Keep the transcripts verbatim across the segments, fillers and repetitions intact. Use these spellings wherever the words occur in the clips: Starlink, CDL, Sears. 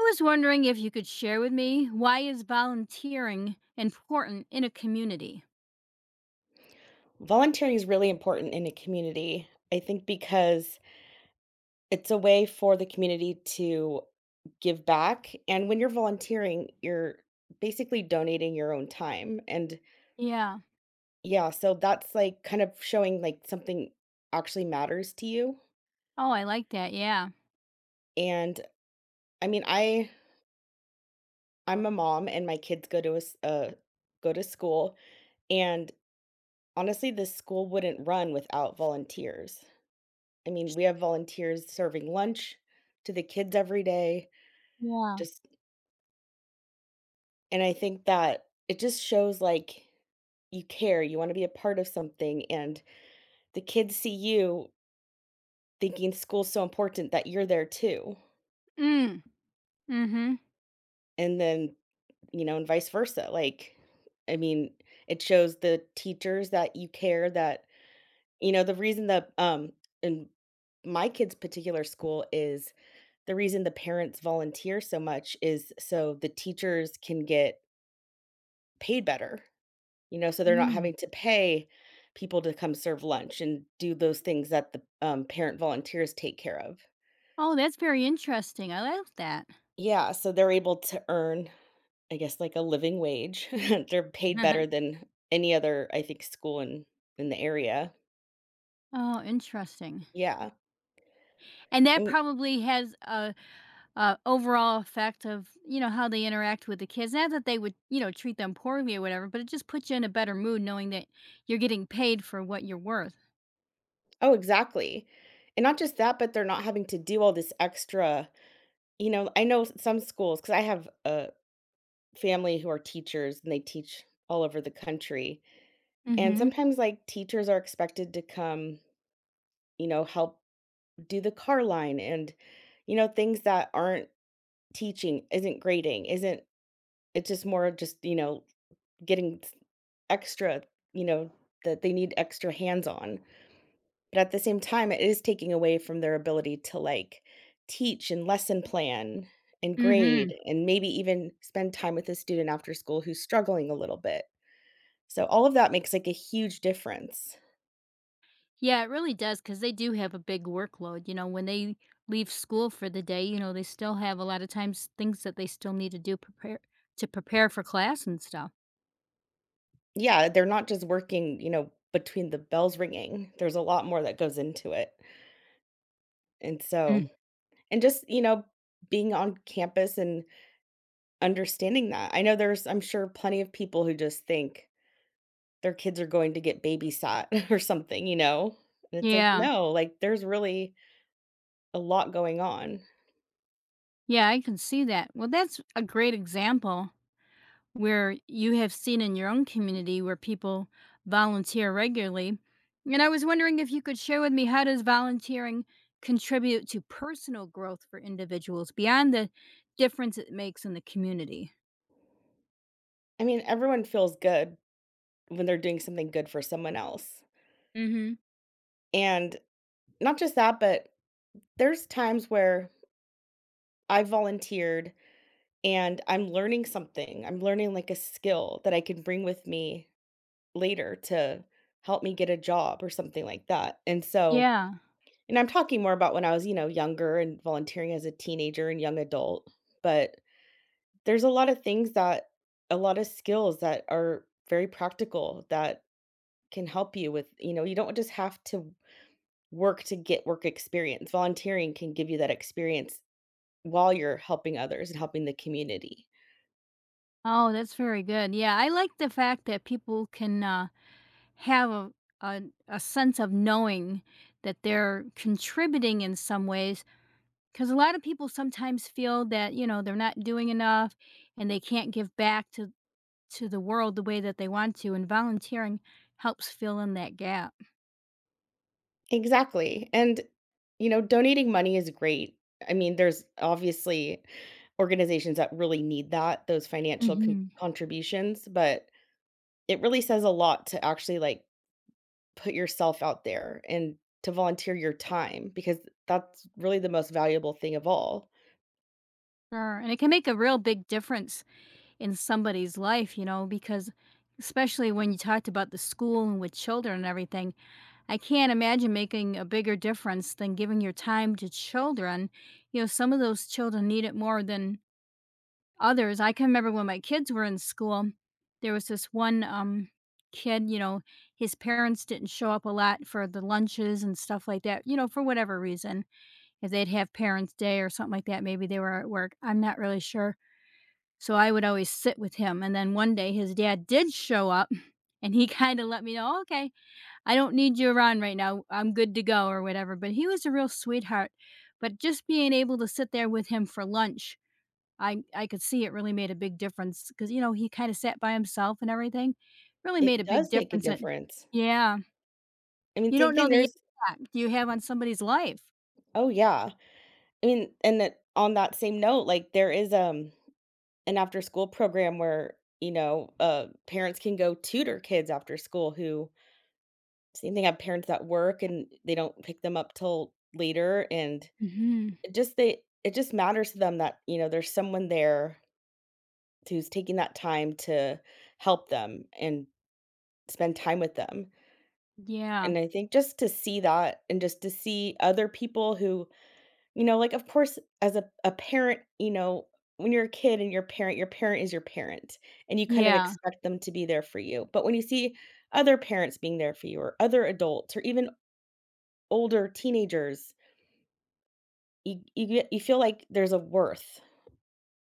I was wondering if you could share with me why is volunteering important in a community? Volunteering is really important in a community, I think, because it's a way for the community to give back. And when you're volunteering, you're basically donating your own time. And Yeah. yeah, so that's like kind of showing like something actually matters to you. Oh, I like that. Yeah. And I mean, I I'm a mom and my kids go to a s- uh, go to school and honestly this school wouldn't run without volunteers. I mean, we have volunteers serving lunch to the kids every day. Yeah. Just and I think that it just shows, like, you care, you wanna be a part of something, and the kids see you thinking school's so important that you're there too, Mm. Mm-hmm. and then, you know, and vice versa, like, I mean, it shows the teachers that you care, that you know, the reason that, um in my kid's particular school is the reason the parents volunteer so much is so the teachers can get paid better. You know, so they're not Mm. having to pay people to come serve lunch and do those things that the, um, parent volunteers take care of. Oh, that's very interesting. I like that. Yeah, so they're able to earn, I guess, like a living wage. They're paid better than any other, I think, school in in the area. Oh, interesting. Yeah, And that and probably has a, a overall effect of, you know, how they interact with the kids. Not that they would, you know, treat them poorly or whatever, but it just puts you in a better mood knowing that you're getting paid for what you're worth. oh, exactly. And not just that, but they're not having to do all this extra. you know, I know s some schools, because I have a family who are teachers and they teach all over the country, and Mm-hmm. sometimes, like, teachers are expected to come, you know, help do the car line and, you know, things that aren't teaching, isn't grading, isn't, it's just more of just, you know, getting s- extra, you know, that they need extra hands on. But at the same time, it is taking away from their ability to like teach and lesson plan and Mm-hmm. grade and maybe even spend time with a student after school who's struggling a little bit. So all of that makes, like, a huge difference. Yeah, it really does because they do have a big workload. You know, when they leave school for the day, you know, they still have a lot of times things that they still need to do prepare to prepare for class and stuff. Yeah, they're not just working, you know, between the bells ringing. There's a lot more that goes into it. And Mm. so and just, you know, being on campus and understanding that. I know there's I'm sure plenty of people who just think their kids are going to get babysat or something, you know? And it's like, Yeah. no, like there's really a lot going on. Yeah, I can see that. Well, that's a great example where you have seen in your own community where people volunteer regularly. And I was wondering if you could share with me how does volunteering contribute to personal growth for individuals beyond the difference it makes in the community? I mean, everyone feels good when they're doing something good for someone else. Hmm. And not just that, but there's times where I volunteered and I'm learning something. I'm learning like a skill that I can bring with me later to help me get a job or something like that. And so, Yeah. and I'm talking more about when I was, you know, younger and volunteering as a teenager and young adult, but there's a lot of things that a lot of skills that are very practical that can help you with, you know, you don't just have to work to get work experience. Volunteering can give you that experience while you're helping others and helping the community. Oh, that's very good. Yeah, I like the fact that people can uh, have a, a a sense of knowing that they're contributing in some ways. Because a lot of people sometimes feel that, you know, they're not doing enough, and they can't give back to to the world the way that they want to. And volunteering helps fill in that gap. Exactly, and, you know, donating money is great. I mean, there's obviously organizations that really need that, those financial con Hmm. contributions, but it really says a lot to actually like put yourself out there and to volunteer your time because that's really the most valuable thing of all. Sure, and it can make a real big difference in somebody's life. You know, because especially when you talked about the school and with children and everything, I can't imagine making a bigger difference than giving your time to children. You know, some of those children need it more than others. I can remember when my kids were in school, there was this one um, kid, you know, his parents didn't show up a lot for the lunches and stuff like that, you know, for whatever reason. If they'd have parents' day or something like that, maybe they were at work. I'm not really sure. So I would always sit with him. And then one day his dad did show up and he kind of let me know, okay, I don't need you around right now. I'm good to go or whatever. But he was a real sweetheart. But just being able to sit there with him for lunch, I I could see it really made a big difference. Because, you know, he kinda sat by himself and everything. Really made a It big does make a difference. And difference. yeah. I mean, You same don't know thing. the There's impact you have on somebody's life. oh yeah. I mean, and that on that same note, like there is um an after school program where, you know, uh parents can go tutor kids after school who same thing have parents that work and they don't pick them up till later and Mhm. it just they it just matters to them that, you know, there's someone there who's taking that time to help them and spend time with them. Yeah. And I think just to see that and just to see other people who, you know, like, of course, as a a parent, you know, when you're a kid and your parent, your parent is your parent, and you kind of Yeah. expect them to be there for you. But when you see other parents being there for you or other adults or even older teenagers, you you get you feel like there's a worth.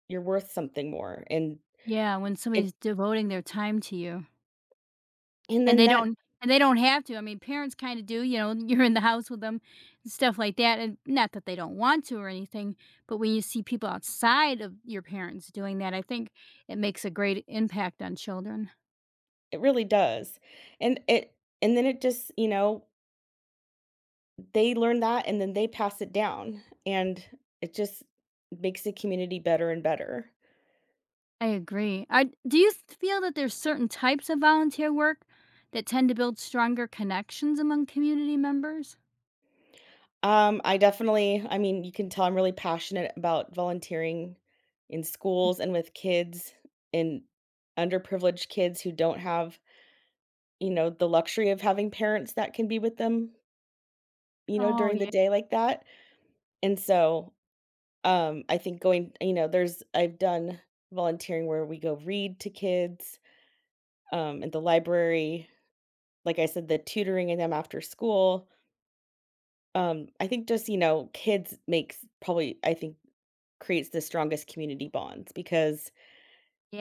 You're worth something more, and Yeah, when it somebody's devoting their time to you. and And then they that don't and they don't have to. I mean, parents kinda do, you know, you're in the house with them and stuff like that, and not that they don't want to or anything, but when you see people outside of your parents doing that, I think it makes a great impact on children. It really does, and it and then it just you know, they learn that and then they pass it down, and it just makes the community better and better. I agree. I do you th feel that there's certain types of volunteer work that tend to build stronger connections among community members? Um, I definitely I mean, you can tell I'm really passionate about volunteering in Mm. schools and with kids and underprivileged kids who don't have, you know, the luxury of having parents that can be with them, you know, Oh, during the yeah. day like that, and so Um, I think going you know, there's I've done volunteering where we go read to kids, um, at the library. Like I said, the tutoring in them after school. Um, I think just, you know, kids makes probably I think creates the strongest community bonds because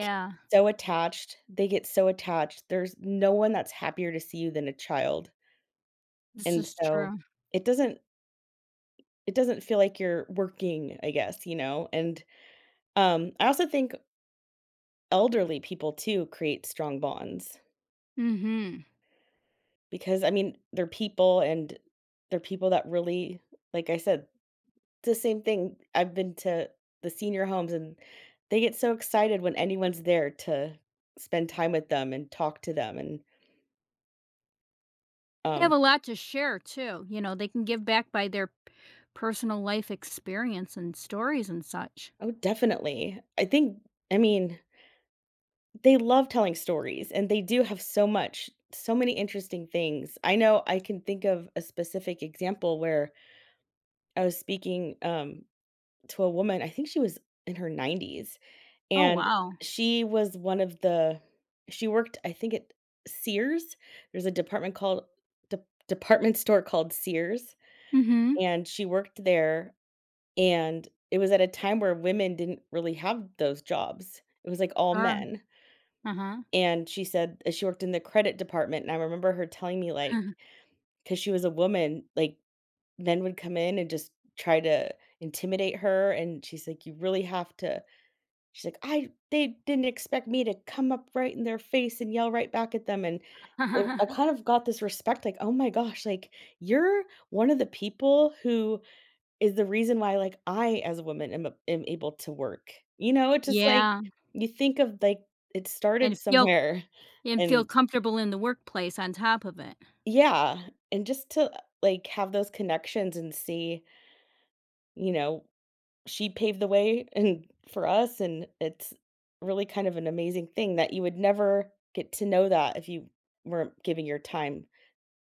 kids are so attached, they get so attached. There's no one that's happier to see you than a child. This And is so true. it doesn't it doesn't feel like you're working, I guess, you know? And, um, I also think elderly people too create strong bonds Mhm. because I mean, they're people and they're people that really, like I said, the same thing. I've been to the senior homes and they get so excited when anyone's there to spend time with them and talk to them. And They um, have a lot to share too, you know, they can give back by their personal life experience and stories and such. oh, definitely. I think, I mean, they love telling stories and they do have so much, so many interesting things. I know I can think of a specific example where I was speaking um, to a woman, I think she was in her nineties, Oh, and wow. she was one of the she worked, I think, at Sears. There's a department called de department store called Sears, Mhm. and she worked there, and it was at a time where women didn't really have those jobs. It was, like, all Sure. men, Uh-huh. and she said that she worked in the credit department, and I remember her telling me, like, because she was a woman, like, men would come in and just try to intimidate her, and she's like, "You really have to" She's like, "I they didn't expect me to come up right in their face and yell right back at them," and it I kind of got this respect, like, "Oh my gosh, like, you're one of the people who is the reason why, like, I as a woman am a am able to work." You know, it's just like, Yeah, you think of, like, it started and feel somewhere. and feel And comfortable in the workplace on top of it. yeah, and just to, like, have those connections and see, you know, she paved the way and for us, and it's really kind of an amazing thing that you would never get to know that if you weren't giving your time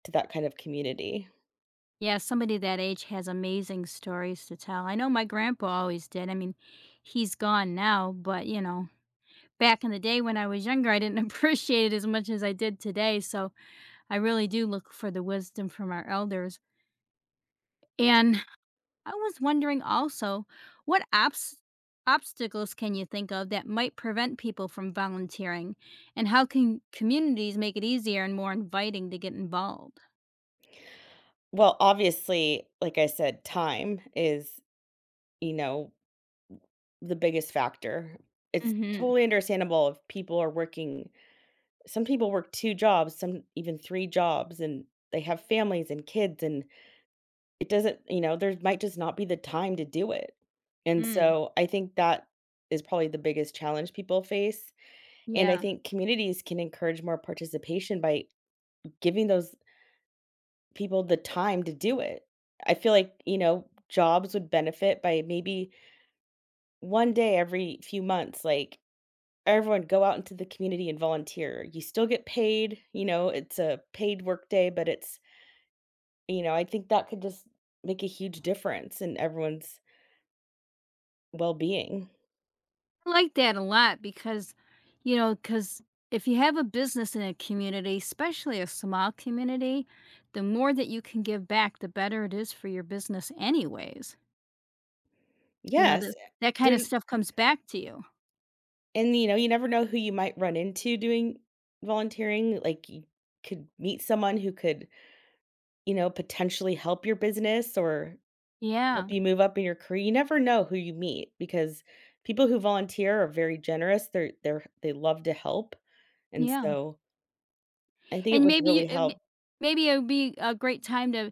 to that kind of community. Yeah, somebody that age has amazing stories to tell. I know my grandpa always did. I mean, he's gone now, but, you know, back in the day when I was younger, I didn't appreciate it as much as I did today, so I really do look for the wisdom from our elders, and I was wondering also, what abs- obstacles can you think of that might prevent people from volunteering? And how can communities make it easier and more inviting to get involved? Well, obviously, like I said, time is, you know, the biggest factor. It's Mm-hmm. totally understandable if people are working. Some people work two jobs, some even three jobs, and they have families and kids, and it doesn't you know, there might just not be the time to do it. And Mm. so I think that is probably the biggest challenge people face, and I Yeah. think communities can encourage more participation by giving those people the time to do it. I feel like, you know, jobs would benefit by maybe one day every few months, like, everyone go out into the community and volunteer. You still get paid, you know, it's a paid work day, but it's, you know, I think that could just make a huge difference in everyone's well-being. I like that a lot because, you know, because if you have a business in a community, especially a small community, the more that you can give back, the better it is for your business, anyways. You know, that Yes, eh, that kind of there's stuff comes back to you. and, you know, you never know who you might run into doing volunteering, like, you could meet someone who could, you know, potentially help your business or help Yeah. you move up in your career. You never know who you meet because people who volunteer are very generous, they're they're they love to help, and Yeah. so I think it And would maybe you really uh, m help. maybe it would be a great time to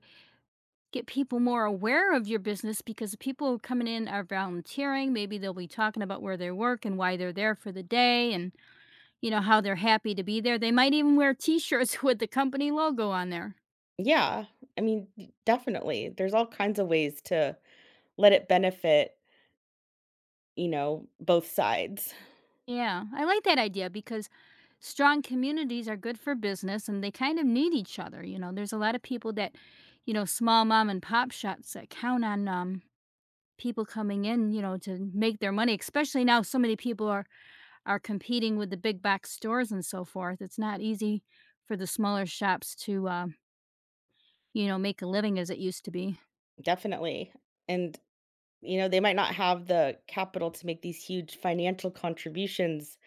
get people more aware of your business because the people coming in are volunteering, maybe they'll be talking about where they work and why they're there for the day and, you know, how they're happy to be there. They might even wear T-shirts with the company logo on there. Yeah, I mean, d definitely. There's all kinds of ways to let it benefit, you know, both sides. Yeah, I like that idea because strong communities are good for business and they kind of need each other, you know? There's a lot of people that, you know, small mom and pop shops that count on, um, people coming in, you know, to make their money, especially now so many people are are competing with the big box stores and so forth. It's not easy for the smaller shops to, um, you know, make a living as it used to be. Definitely. And, you know, they might not have the capital to make these huge financial contributions,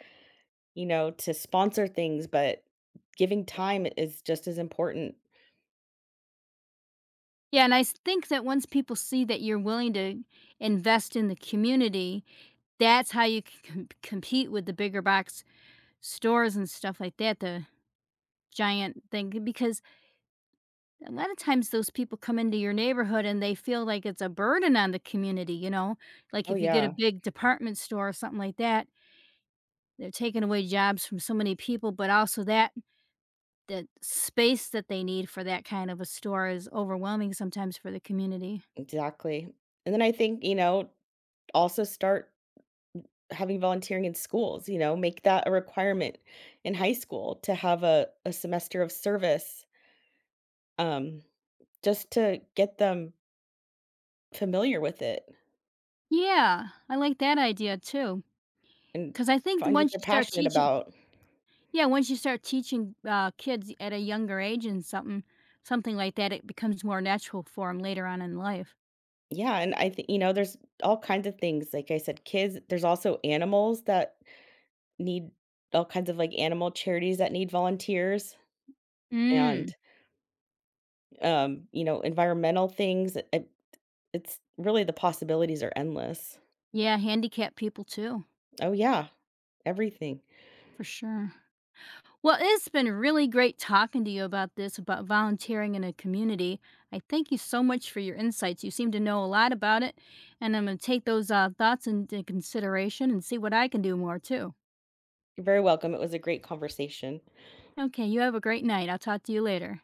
you know, to sponsor things, but giving time is just as important. Yeah, and I s- think that once people see that you're willing to invest in the community, that's how you can com- compete with the bigger box stores and stuff like that, the giant thing. Because a lot of times those people come into your neighborhood and they feel like it's a burden on the community, you know? Like Oh, if you get a yeah, big department store or something like that, they're taking away jobs from so many people, but also that that space that they need for that kind of a store is overwhelming sometimes for the community. exactly. And then I think, you know, also start having volunteering in schools, you know, make that a requirement in high school to have a, a semester of service, um, just to get them familiar with it Yeah, I like that idea too, and because I think find what once they're you start passionate teaching about. yeah, once you start teaching, uh, kids at a younger age and something something like that, it becomes more natural for them later on in life. Yeah. And I think, you know, there's all kinds of things. Like I said, kids, there's also animals that need all kinds of like animal charities that need volunteers Mm, and, um, you know, environmental things. It, it's really the possibilities are endless. yeah, handicapped people too, Oh, yeah. Everything. for sure. Well, it's been really great talking to you about this, about volunteering in a community. I thank you so much for your insights. You seem to know a lot about it, and I'm going to take those uh, thoughts into consideration and see what I can do more too. You're very welcome. It was a great conversation. Okay, you have a great night. I'll talk to you later.